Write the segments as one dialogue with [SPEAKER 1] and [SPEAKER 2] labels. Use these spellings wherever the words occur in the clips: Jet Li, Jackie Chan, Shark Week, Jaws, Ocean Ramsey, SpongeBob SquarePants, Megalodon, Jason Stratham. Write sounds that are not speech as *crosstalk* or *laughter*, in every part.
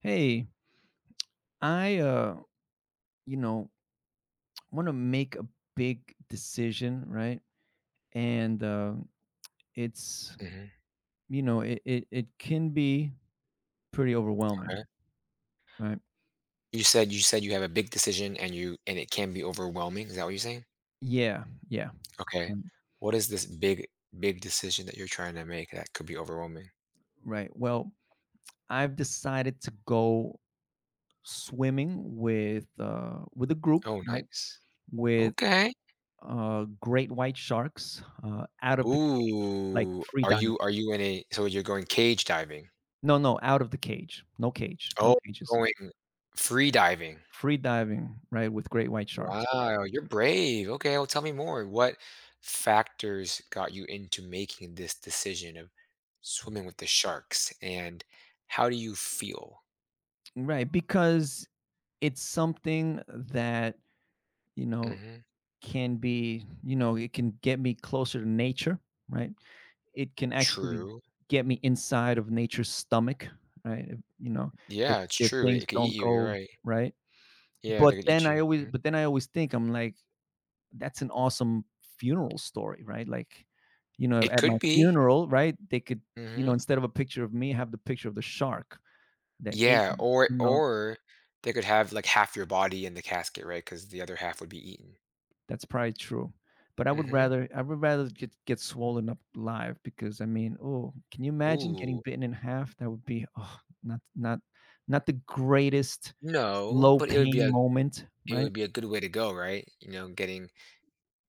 [SPEAKER 1] Hey, I you know, want to make a big decision, right? And it's
[SPEAKER 2] Mhm,
[SPEAKER 1] it can be pretty
[SPEAKER 2] okay.
[SPEAKER 1] overwhelming, right?
[SPEAKER 2] You said you have a big decision and you and it can be overwhelming, is that what you're saying?
[SPEAKER 1] Yeah, yeah,
[SPEAKER 2] Okay.
[SPEAKER 1] right.
[SPEAKER 2] What is this big decision that you're trying to make that could be overwhelming?
[SPEAKER 1] Right. Well, I've decided to go swimming with a group,
[SPEAKER 2] Oh,
[SPEAKER 1] right?
[SPEAKER 2] nice.
[SPEAKER 1] With
[SPEAKER 2] Okay.
[SPEAKER 1] great white sharks out of the cage, like
[SPEAKER 2] Ooh,
[SPEAKER 1] free diving.
[SPEAKER 2] are you in a so you're going cage diving?
[SPEAKER 1] No, no, out of the cage. No cage, no
[SPEAKER 2] Oh,
[SPEAKER 1] cages.
[SPEAKER 2] going free diving.
[SPEAKER 1] Free diving, right, with great white sharks.
[SPEAKER 2] Wow, you're brave. Okay, well tell me more. What factors got you into making this decision of swimming with the sharks and how do you feel?
[SPEAKER 1] Right, because it's something that, you know,
[SPEAKER 2] Mhm.
[SPEAKER 1] can be, it can get me closer to nature, right? It can actually
[SPEAKER 2] True.
[SPEAKER 1] get me inside of nature's stomach, right? If,
[SPEAKER 2] Yeah, it's
[SPEAKER 1] if
[SPEAKER 2] true.
[SPEAKER 1] things
[SPEAKER 2] It could eat
[SPEAKER 1] don't
[SPEAKER 2] you, you're
[SPEAKER 1] go
[SPEAKER 2] right.
[SPEAKER 1] right.
[SPEAKER 2] Yeah,
[SPEAKER 1] But
[SPEAKER 2] they could
[SPEAKER 1] then
[SPEAKER 2] eat
[SPEAKER 1] I
[SPEAKER 2] you.
[SPEAKER 1] always
[SPEAKER 2] Mhm.
[SPEAKER 1] but then I always think I'm like, that's an awesome funeral story, right? Like,
[SPEAKER 2] It
[SPEAKER 1] at my
[SPEAKER 2] could be.
[SPEAKER 1] funeral, right, they could,
[SPEAKER 2] Mhm.
[SPEAKER 1] instead of a picture of me, have the picture of the shark that ate
[SPEAKER 2] Yeah,
[SPEAKER 1] me, you know.
[SPEAKER 2] or they could have, like, half your body in the casket, right? Because the other half would be eaten.
[SPEAKER 1] That's probably true. But I would
[SPEAKER 2] Mhm.
[SPEAKER 1] rather I would rather get swollen up live because I mean, oh, can you imagine getting
[SPEAKER 2] Ooh.
[SPEAKER 1] bitten in half? That would be, oh, not not the greatest
[SPEAKER 2] No,
[SPEAKER 1] low
[SPEAKER 2] but it would be
[SPEAKER 1] pain
[SPEAKER 2] a
[SPEAKER 1] moment,
[SPEAKER 2] it
[SPEAKER 1] right?
[SPEAKER 2] would be a good way to go, right? Getting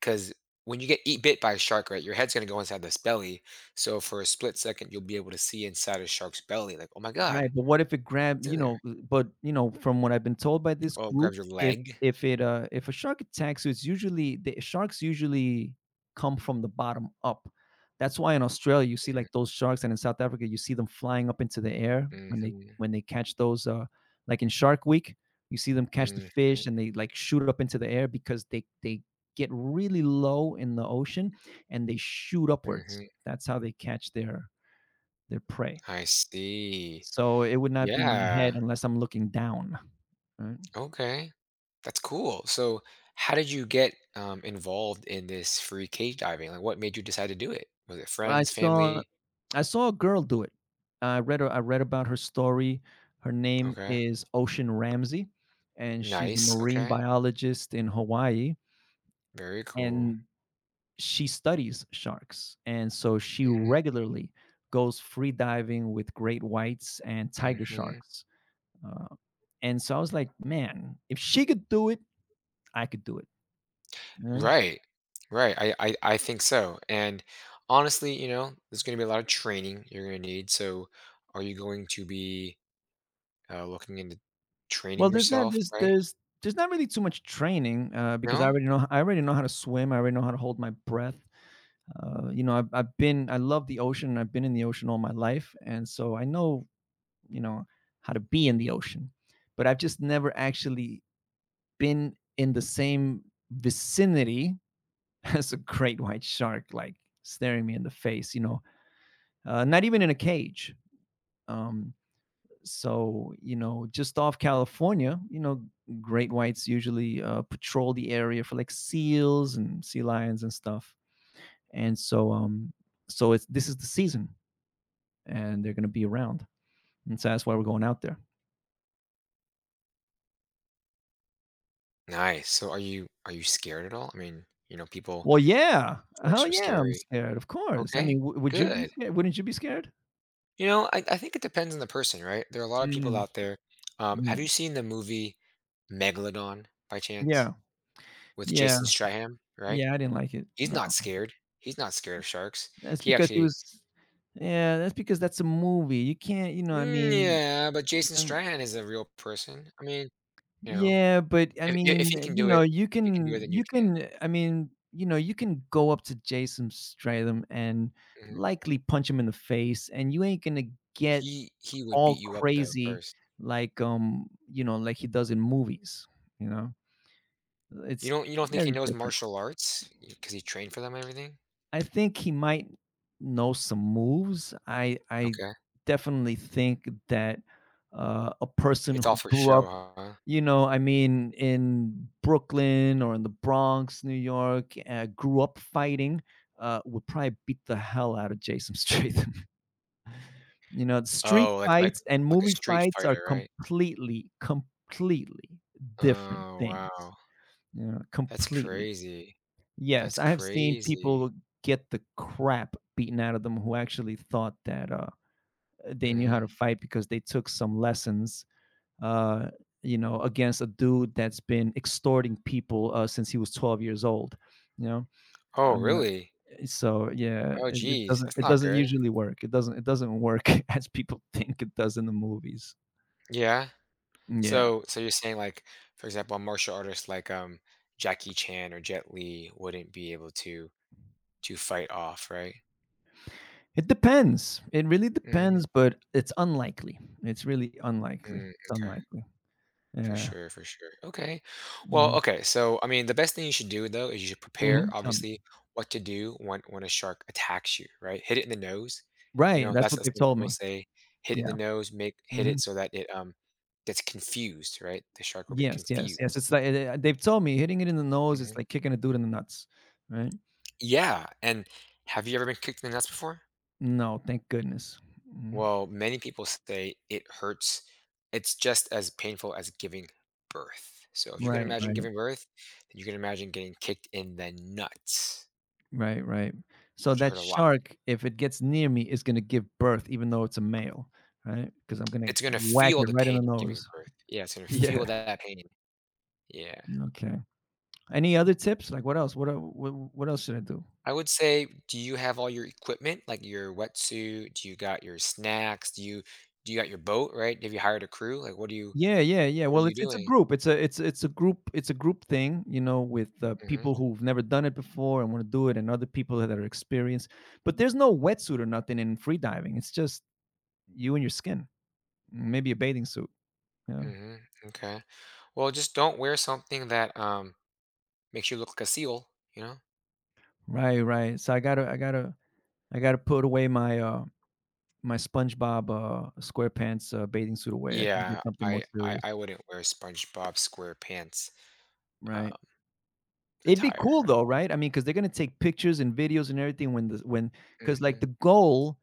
[SPEAKER 2] because when you get eat bit by a shark, right, your head's gonna go inside this belly, so for a split second, you'll be able to see inside a shark's belly, like, "Oh my
[SPEAKER 1] Right,
[SPEAKER 2] god,
[SPEAKER 1] but what if it grab
[SPEAKER 2] what's
[SPEAKER 1] you
[SPEAKER 2] in
[SPEAKER 1] know,
[SPEAKER 2] there?"
[SPEAKER 1] but, from what I've been told by this
[SPEAKER 2] Oh,
[SPEAKER 1] group,
[SPEAKER 2] grabs your
[SPEAKER 1] if
[SPEAKER 2] leg.
[SPEAKER 1] if a shark attacks you, it's usually the sharks usually come from the bottom up. That's why in Australia, you see,
[SPEAKER 2] Mhm.
[SPEAKER 1] like, those sharks, and in South Africa, you see them flying up into the air when they
[SPEAKER 2] Mhm.
[SPEAKER 1] when they catch those, like, in Shark Week, you see them catch the
[SPEAKER 2] Mhm.
[SPEAKER 1] fish, and they, like, shoot up into the air because they get really low in the ocean, and they shoot upwards.
[SPEAKER 2] Mhm.
[SPEAKER 1] That's how they catch their prey.
[SPEAKER 2] I see.
[SPEAKER 1] So it would not be my head
[SPEAKER 2] Yeah.
[SPEAKER 1] unless I'm looking down, right?
[SPEAKER 2] Okay. That's cool. So, how did you get involved in this free cage diving? Like, what made you decide to do it? Was it
[SPEAKER 1] I
[SPEAKER 2] friends,
[SPEAKER 1] saw
[SPEAKER 2] family?
[SPEAKER 1] I saw a girl do it. I read about her story. Her name
[SPEAKER 2] Okay.
[SPEAKER 1] is Ocean Ramsey, and she's a
[SPEAKER 2] Nice.
[SPEAKER 1] marine
[SPEAKER 2] Okay.
[SPEAKER 1] biologist in Hawaii,
[SPEAKER 2] Very cool.
[SPEAKER 1] and she studies sharks. And so she regularly goes free diving with great whites and
[SPEAKER 2] Hmm,
[SPEAKER 1] tiger
[SPEAKER 2] hmm.
[SPEAKER 1] sharks. Uh, and so I was like, "Man, if she could do it, I could do it." You know?
[SPEAKER 2] Right. Right. I think so. And honestly, there's going to be a lot of training you're going to need. So, are you going to be looking into
[SPEAKER 1] Well,
[SPEAKER 2] training yourself? Right.
[SPEAKER 1] there's not really too much training, because I
[SPEAKER 2] No?
[SPEAKER 1] already know I already know how to swim, I already know how to hold my breath. I've been I love the ocean, I've been in the ocean all my life, and so I know, you know, how to be in the ocean. But I've just never actually been in the same vicinity *laughs* as a great white shark, like, staring me in the face, you know? Not even in a cage. Um, So, just off California, great whites usually patrol the area for like seals and sea lions and stuff. And so, um, so it's this is the season, and they're gonna be around, and so that's why we're going out there.
[SPEAKER 2] Nice. So are you scared at all? I mean, people
[SPEAKER 1] Well, yeah, hell
[SPEAKER 2] jokes are
[SPEAKER 1] yeah, I'm
[SPEAKER 2] scary.
[SPEAKER 1] scared. Of course. I
[SPEAKER 2] Okay,
[SPEAKER 1] mean, would you be
[SPEAKER 2] good.
[SPEAKER 1] scared? Wouldn't you be scared?
[SPEAKER 2] I think it depends on the person, right? There are a lot of people
[SPEAKER 1] Mm,
[SPEAKER 2] out there.
[SPEAKER 1] yeah,
[SPEAKER 2] Have you seen the movie Megalodon by chance
[SPEAKER 1] yeah,
[SPEAKER 2] with
[SPEAKER 1] yeah,
[SPEAKER 2] Jason Stratham? Right?
[SPEAKER 1] yeah. I didn't like it.
[SPEAKER 2] He's
[SPEAKER 1] No,
[SPEAKER 2] not scared. He's not scared of sharks.
[SPEAKER 1] that's
[SPEAKER 2] He
[SPEAKER 1] because he
[SPEAKER 2] actually,
[SPEAKER 1] was. Yeah, that's because that's a movie. You can't, you know. I
[SPEAKER 2] mm,
[SPEAKER 1] mean,
[SPEAKER 2] yeah, but Jason
[SPEAKER 1] I don't-
[SPEAKER 2] Strahan is a real person. I mean, you know,
[SPEAKER 1] yeah, but I
[SPEAKER 2] if
[SPEAKER 1] mean,
[SPEAKER 2] he can do it,
[SPEAKER 1] you
[SPEAKER 2] if he can do it,
[SPEAKER 1] can
[SPEAKER 2] then you
[SPEAKER 1] you
[SPEAKER 2] can.
[SPEAKER 1] can I mean, you can go up to Jason Stratham and
[SPEAKER 2] Mhm.
[SPEAKER 1] likely punch him in the face, and you ain't gonna get
[SPEAKER 2] He would beat
[SPEAKER 1] all
[SPEAKER 2] you up though
[SPEAKER 1] crazy
[SPEAKER 2] first.
[SPEAKER 1] like, like he does in movies, you know?
[SPEAKER 2] You
[SPEAKER 1] It's
[SPEAKER 2] don't you don't think he
[SPEAKER 1] very
[SPEAKER 2] knows
[SPEAKER 1] different.
[SPEAKER 2] martial arts? Because he trained for them and everything?
[SPEAKER 1] I think he might know some moves. I
[SPEAKER 2] Okay.
[SPEAKER 1] definitely think that, a person
[SPEAKER 2] It's all
[SPEAKER 1] who
[SPEAKER 2] for
[SPEAKER 1] grew up
[SPEAKER 2] show, huh?
[SPEAKER 1] I mean, in Brooklyn or in the Bronx, New York, grew up fighting, would probably beat the hell out of Jason Statham. *laughs* You know, street
[SPEAKER 2] Oh,
[SPEAKER 1] fights and
[SPEAKER 2] like a
[SPEAKER 1] movie
[SPEAKER 2] street
[SPEAKER 1] fights are
[SPEAKER 2] fighter, right?
[SPEAKER 1] completely, completely different
[SPEAKER 2] Oh,
[SPEAKER 1] things.
[SPEAKER 2] wow.
[SPEAKER 1] You know,
[SPEAKER 2] That's
[SPEAKER 1] completely.
[SPEAKER 2] crazy.
[SPEAKER 1] Yes,
[SPEAKER 2] That's
[SPEAKER 1] I have seen
[SPEAKER 2] crazy.
[SPEAKER 1] people get the crap beaten out of them who actually thought that, they knew how
[SPEAKER 2] Mhm.
[SPEAKER 1] to fight because they took some lessons, uh, against a dude that's been extorting people since he was 12 years old. You know,
[SPEAKER 2] Oh,
[SPEAKER 1] um,
[SPEAKER 2] really?
[SPEAKER 1] so yeah,
[SPEAKER 2] Oh,
[SPEAKER 1] it, it
[SPEAKER 2] geez,
[SPEAKER 1] doesn't
[SPEAKER 2] that's
[SPEAKER 1] it
[SPEAKER 2] not
[SPEAKER 1] doesn't
[SPEAKER 2] good.
[SPEAKER 1] usually work. It doesn't work *laughs* as people think it does in the movies.
[SPEAKER 2] Yeah.
[SPEAKER 1] Yeah,
[SPEAKER 2] So you're saying, like, for example, a martial artist like, Jackie Chan or Jet Li wouldn't be able to fight off, right?
[SPEAKER 1] it depends. It really
[SPEAKER 2] Mhm.
[SPEAKER 1] depends, but it's unlikely. It's really unlikely.
[SPEAKER 2] Mm,
[SPEAKER 1] It's
[SPEAKER 2] okay.
[SPEAKER 1] unlikely.
[SPEAKER 2] For
[SPEAKER 1] Yeah.
[SPEAKER 2] sure, for sure. Okay. Well,
[SPEAKER 1] Hmm.
[SPEAKER 2] okay. So, I mean, the best thing you should do though is you should prepare,
[SPEAKER 1] Hmm. Tell me.
[SPEAKER 2] obviously, what to do when a shark attacks you, right? Hit it in the nose. You
[SPEAKER 1] Right.
[SPEAKER 2] know,
[SPEAKER 1] That's what
[SPEAKER 2] that's
[SPEAKER 1] they've
[SPEAKER 2] what
[SPEAKER 1] told
[SPEAKER 2] people
[SPEAKER 1] me.
[SPEAKER 2] say. Hit it in
[SPEAKER 1] Yeah.
[SPEAKER 2] the nose, make hit
[SPEAKER 1] Hmm.
[SPEAKER 2] it so that it gets confused, right? The shark will get
[SPEAKER 1] Yes. Yes. Yes. It's
[SPEAKER 2] confused.
[SPEAKER 1] like they've told me hitting it in the nose is
[SPEAKER 2] Hmm.
[SPEAKER 1] like kicking a dude in the nuts. Right.
[SPEAKER 2] Yeah. And have you ever been kicked in the nuts before?
[SPEAKER 1] No, thank goodness. Mhm.
[SPEAKER 2] Well, many people say it hurts. It's just as painful as giving birth. So if you can
[SPEAKER 1] Right,
[SPEAKER 2] imagine
[SPEAKER 1] right,
[SPEAKER 2] giving birth, then you can imagine getting kicked in the nuts,
[SPEAKER 1] right, right. So
[SPEAKER 2] which
[SPEAKER 1] that
[SPEAKER 2] hurt a lot.
[SPEAKER 1] shark, if it gets near me, is gonna give birth even though it's a male, right? Because I 'Cause I'm gonna
[SPEAKER 2] It's gonna
[SPEAKER 1] whack
[SPEAKER 2] feel
[SPEAKER 1] it
[SPEAKER 2] the
[SPEAKER 1] right in the
[SPEAKER 2] pain of giving
[SPEAKER 1] nose.
[SPEAKER 2] birth. Yeah, it's gonna
[SPEAKER 1] *laughs*
[SPEAKER 2] feel
[SPEAKER 1] Yeah.
[SPEAKER 2] that pain. Yeah.
[SPEAKER 1] Okay. Any other tips? Like what else? What el wh what else should I do?
[SPEAKER 2] I would say, do you have all your equipment, like your wetsuit? Do you got your snacks? Do you got your boat, right? Have you hired a crew? Like what do you
[SPEAKER 1] Yeah, yeah, yeah.
[SPEAKER 2] what are
[SPEAKER 1] Well,
[SPEAKER 2] you
[SPEAKER 1] it's a
[SPEAKER 2] doing?
[SPEAKER 1] group. It's a it's it's a group thing, you know, with,
[SPEAKER 2] Hmm,
[SPEAKER 1] people who've never done it before and wanna do it and other people that are experienced. But there's no wetsuit or nothing in free diving. It's just you and your skin. Maybe a bathing suit, yeah.
[SPEAKER 2] hmm. Okay. Well, just don't wear something that makes you look like a seal, you know?
[SPEAKER 1] Right, right. So I gotta put away my, my SpongeBob, SquarePants, bathing suit away. I gotta get
[SPEAKER 2] Yeah,
[SPEAKER 1] something more
[SPEAKER 2] I I
[SPEAKER 1] serious.
[SPEAKER 2] I wouldn't wear SpongeBob SquarePants,
[SPEAKER 1] Right.
[SPEAKER 2] um,
[SPEAKER 1] It'd be
[SPEAKER 2] attire
[SPEAKER 1] cool
[SPEAKER 2] at
[SPEAKER 1] though,
[SPEAKER 2] all.
[SPEAKER 1] right? I mean, because they 'cause they're gonna take pictures and videos and everything when cause like, the
[SPEAKER 2] Mhm.
[SPEAKER 1] goal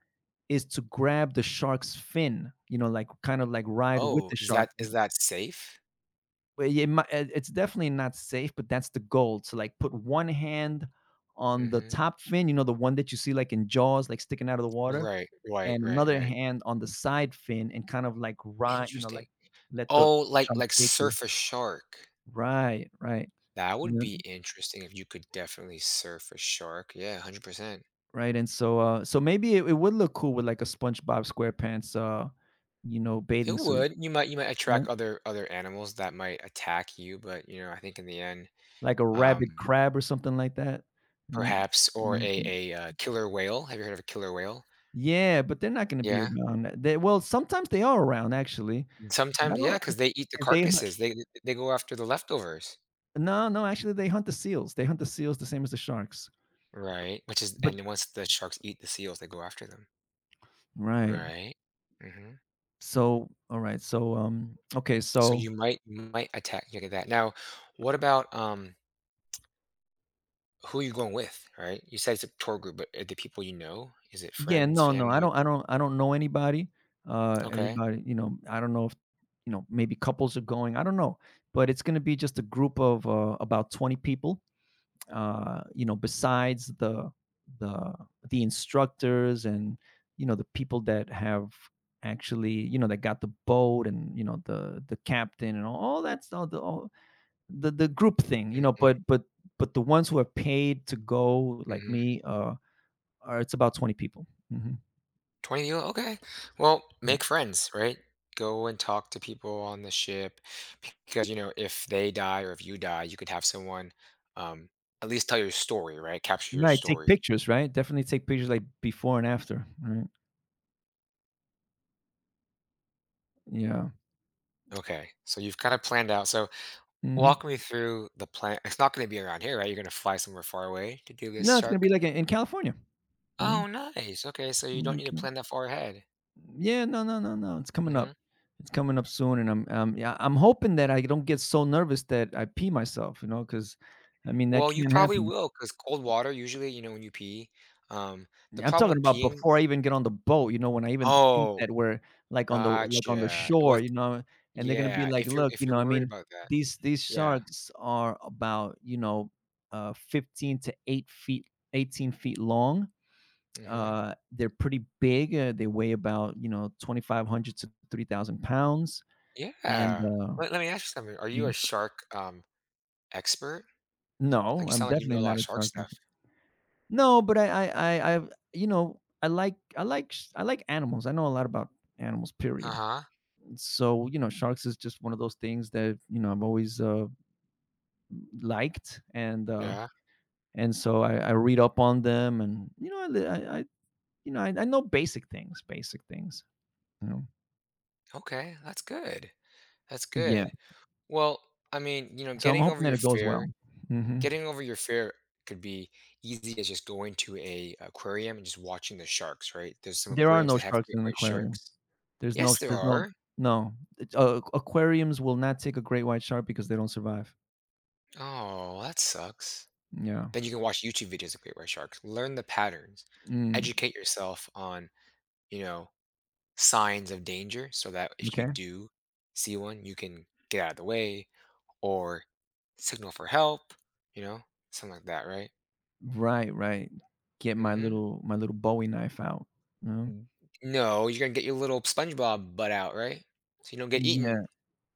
[SPEAKER 1] is to grab the shark's fin, you know, like, kind of, like, ride with
[SPEAKER 2] Oh,
[SPEAKER 1] the
[SPEAKER 2] is
[SPEAKER 1] shark.
[SPEAKER 2] that is
[SPEAKER 1] I
[SPEAKER 2] that safe?
[SPEAKER 1] but it might it's definitely not safe, but that's the goal to, like, put one hand on the
[SPEAKER 2] Mhm.
[SPEAKER 1] top fin, you know, the one that you see, like, in Jaws, like, sticking out of the water.
[SPEAKER 2] Right, right,
[SPEAKER 1] And
[SPEAKER 2] right,
[SPEAKER 1] another
[SPEAKER 2] right.
[SPEAKER 1] hand on the side fin and kind of like ride, you know,
[SPEAKER 2] Interesting.
[SPEAKER 1] like let the
[SPEAKER 2] Oh,
[SPEAKER 1] shark take you.
[SPEAKER 2] surf a shark.
[SPEAKER 1] Right, right.
[SPEAKER 2] That would
[SPEAKER 1] Yeah,
[SPEAKER 2] be interesting if you could definitely surf a shark. Yeah, 100%.
[SPEAKER 1] right, and so, so maybe it it would look cool with like a SpongeBob SquarePants,
[SPEAKER 2] It
[SPEAKER 1] bathing suit,
[SPEAKER 2] would. You might attract
[SPEAKER 1] right?
[SPEAKER 2] other other animals that might attack you, but, you know, I think in the end,
[SPEAKER 1] Like a rabid
[SPEAKER 2] um,
[SPEAKER 1] crab or something like that. Mm,
[SPEAKER 2] perhaps or
[SPEAKER 1] might
[SPEAKER 2] a
[SPEAKER 1] be.
[SPEAKER 2] killer whale. Have you heard of a killer whale?
[SPEAKER 1] Yeah, but they're not gonna be
[SPEAKER 2] Yeah,
[SPEAKER 1] around. They well, sometimes they are around actually. I don't
[SPEAKER 2] sometimes yeah,
[SPEAKER 1] not
[SPEAKER 2] because they eat the
[SPEAKER 1] because they hunt
[SPEAKER 2] carcasses, they go after the leftovers,
[SPEAKER 1] no, no, actually they hunt the seals. They hunt the seals the same as the sharks,
[SPEAKER 2] right? Which is
[SPEAKER 1] but
[SPEAKER 2] and once the sharks eat the seals, they go after them,
[SPEAKER 1] right.
[SPEAKER 2] right? Mhm,
[SPEAKER 1] So, all right. So, okay.
[SPEAKER 2] so
[SPEAKER 1] So,
[SPEAKER 2] you might attack you get that. Now, what about, who are you going with, right? You said it's a tour group, but are the people you know? Is it
[SPEAKER 1] yeah,
[SPEAKER 2] friends,
[SPEAKER 1] no, no,
[SPEAKER 2] family?
[SPEAKER 1] I don't know anybody.
[SPEAKER 2] Okay.
[SPEAKER 1] Everybody, you know, I don't know if, maybe couples are going. I don't know, but it's going to be just a group of about 20 people. Besides the the instructors and you know the people that have actually you know that got the boat and you know the captain and all that stuff. The all. The group thing, you know,
[SPEAKER 2] Mhm,
[SPEAKER 1] but the ones who are paid to go, like
[SPEAKER 2] mhm.
[SPEAKER 1] me, are it's about 20 people. Hmm.
[SPEAKER 2] 20 people? Okay. Well, make friends, right? Go and talk to people on the ship because, you know, if they die or if you die, you could have someone um, at least tell your story, right? Capture your
[SPEAKER 1] Right, take
[SPEAKER 2] story.
[SPEAKER 1] pictures, right? Definitely take pictures like before and after, right? Yeah.
[SPEAKER 2] Okay. So you've kind of planned out. So
[SPEAKER 1] Hmm.
[SPEAKER 2] walk me through the plan. It's not going to be around here, right? You're going to fly somewhere far away to do this
[SPEAKER 1] No, it's gonna be
[SPEAKER 2] shark.
[SPEAKER 1] like in California. Mhm.
[SPEAKER 2] Oh, nice. Okay. So you don't
[SPEAKER 1] In
[SPEAKER 2] need to
[SPEAKER 1] Cal-
[SPEAKER 2] plan that far ahead.
[SPEAKER 1] yeah, no, no, no, no. It's coming up.
[SPEAKER 2] Hmm.
[SPEAKER 1] It's coming up soon, and I'm, yeah, I'm hoping that I don't get so nervous that I pee myself, you know, because I mean that
[SPEAKER 2] Well, you
[SPEAKER 1] can't
[SPEAKER 2] probably
[SPEAKER 1] happen.
[SPEAKER 2] will because cold water, usually, you know, when you pee, um, the
[SPEAKER 1] I'm
[SPEAKER 2] problem
[SPEAKER 1] talking
[SPEAKER 2] with
[SPEAKER 1] about
[SPEAKER 2] peeing.
[SPEAKER 1] before I even get on the boat, you know, when I even think
[SPEAKER 2] Oh,
[SPEAKER 1] that we're, like, on the on the
[SPEAKER 2] gotcha.
[SPEAKER 1] shore,
[SPEAKER 2] What
[SPEAKER 1] you know, and they're gonna be
[SPEAKER 2] yeah,
[SPEAKER 1] like, "Look," you
[SPEAKER 2] if you're
[SPEAKER 1] know, I
[SPEAKER 2] worried
[SPEAKER 1] mean,
[SPEAKER 2] about that.
[SPEAKER 1] These
[SPEAKER 2] Yeah.
[SPEAKER 1] sharks are about, you know, 15 to 8 feet 18 feet long.
[SPEAKER 2] Mhm.
[SPEAKER 1] They're pretty big, they weigh about, you know, 2,500 to 3,000 pounds," and,
[SPEAKER 2] Yeah. Let me ask you something. Are
[SPEAKER 1] you
[SPEAKER 2] you a
[SPEAKER 1] know.
[SPEAKER 2] shark, expert?
[SPEAKER 1] No,
[SPEAKER 2] Like, you
[SPEAKER 1] I'm
[SPEAKER 2] sound like you know
[SPEAKER 1] definitely
[SPEAKER 2] a lot
[SPEAKER 1] not
[SPEAKER 2] of
[SPEAKER 1] a
[SPEAKER 2] shark
[SPEAKER 1] shark inf
[SPEAKER 2] stuff.
[SPEAKER 1] no, but I you know, I like animals. I know a lot about animals, period.
[SPEAKER 2] Uh-huh.
[SPEAKER 1] So you know sharks is just one of those things that you know I've always, liked
[SPEAKER 2] Yeah.
[SPEAKER 1] and so I read up on them and you know I you know I know basic things you know.
[SPEAKER 2] Okay, that's good. That's
[SPEAKER 1] Yeah,
[SPEAKER 2] good. Well, I mean, you know,
[SPEAKER 1] so I'm
[SPEAKER 2] getting
[SPEAKER 1] hoping
[SPEAKER 2] over
[SPEAKER 1] that
[SPEAKER 2] your
[SPEAKER 1] it goes
[SPEAKER 2] fear
[SPEAKER 1] well. Hmm.
[SPEAKER 2] getting over your fear could be easy as just going to a aquarium and just watching the sharks, right? There's some
[SPEAKER 1] There are
[SPEAKER 2] aquariums
[SPEAKER 1] no
[SPEAKER 2] that have
[SPEAKER 1] sharks in
[SPEAKER 2] great
[SPEAKER 1] an
[SPEAKER 2] white
[SPEAKER 1] aquarium.
[SPEAKER 2] sharks. Yes, there
[SPEAKER 1] There's no
[SPEAKER 2] are.
[SPEAKER 1] no It's- aquariums will not take a great white shark because they don't survive.
[SPEAKER 2] Oh, that sucks.
[SPEAKER 1] Yeah.
[SPEAKER 2] Then you can watch YouTube videos of great white sharks, learn the patterns,
[SPEAKER 1] Mm,
[SPEAKER 2] educate yourself on, you know, signs of danger so that if you
[SPEAKER 1] okay.
[SPEAKER 2] do see one, you can get out of the way or signal for help, you know, something like that, right?
[SPEAKER 1] Right, right. Get my
[SPEAKER 2] Mm-hmm.
[SPEAKER 1] little bowie knife out, you know?
[SPEAKER 2] N- no, you're gonna get your little SpongeBob butt out, right? So you don't get
[SPEAKER 1] Yeah.
[SPEAKER 2] eaten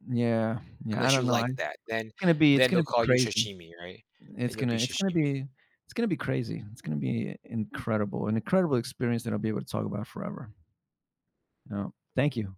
[SPEAKER 1] Yeah, yeah, I
[SPEAKER 2] unless you
[SPEAKER 1] don't know, I
[SPEAKER 2] like that.
[SPEAKER 1] it's
[SPEAKER 2] Then they'll
[SPEAKER 1] gonna be
[SPEAKER 2] call you
[SPEAKER 1] crazy.
[SPEAKER 2] sashimi, right?
[SPEAKER 1] It's
[SPEAKER 2] Then you'll
[SPEAKER 1] gonna
[SPEAKER 2] be
[SPEAKER 1] it's gonna
[SPEAKER 2] sashimi.
[SPEAKER 1] be it's gonna be crazy. It's gonna be incredible, an incredible experience that I'll be able to talk about forever. You know, thank you.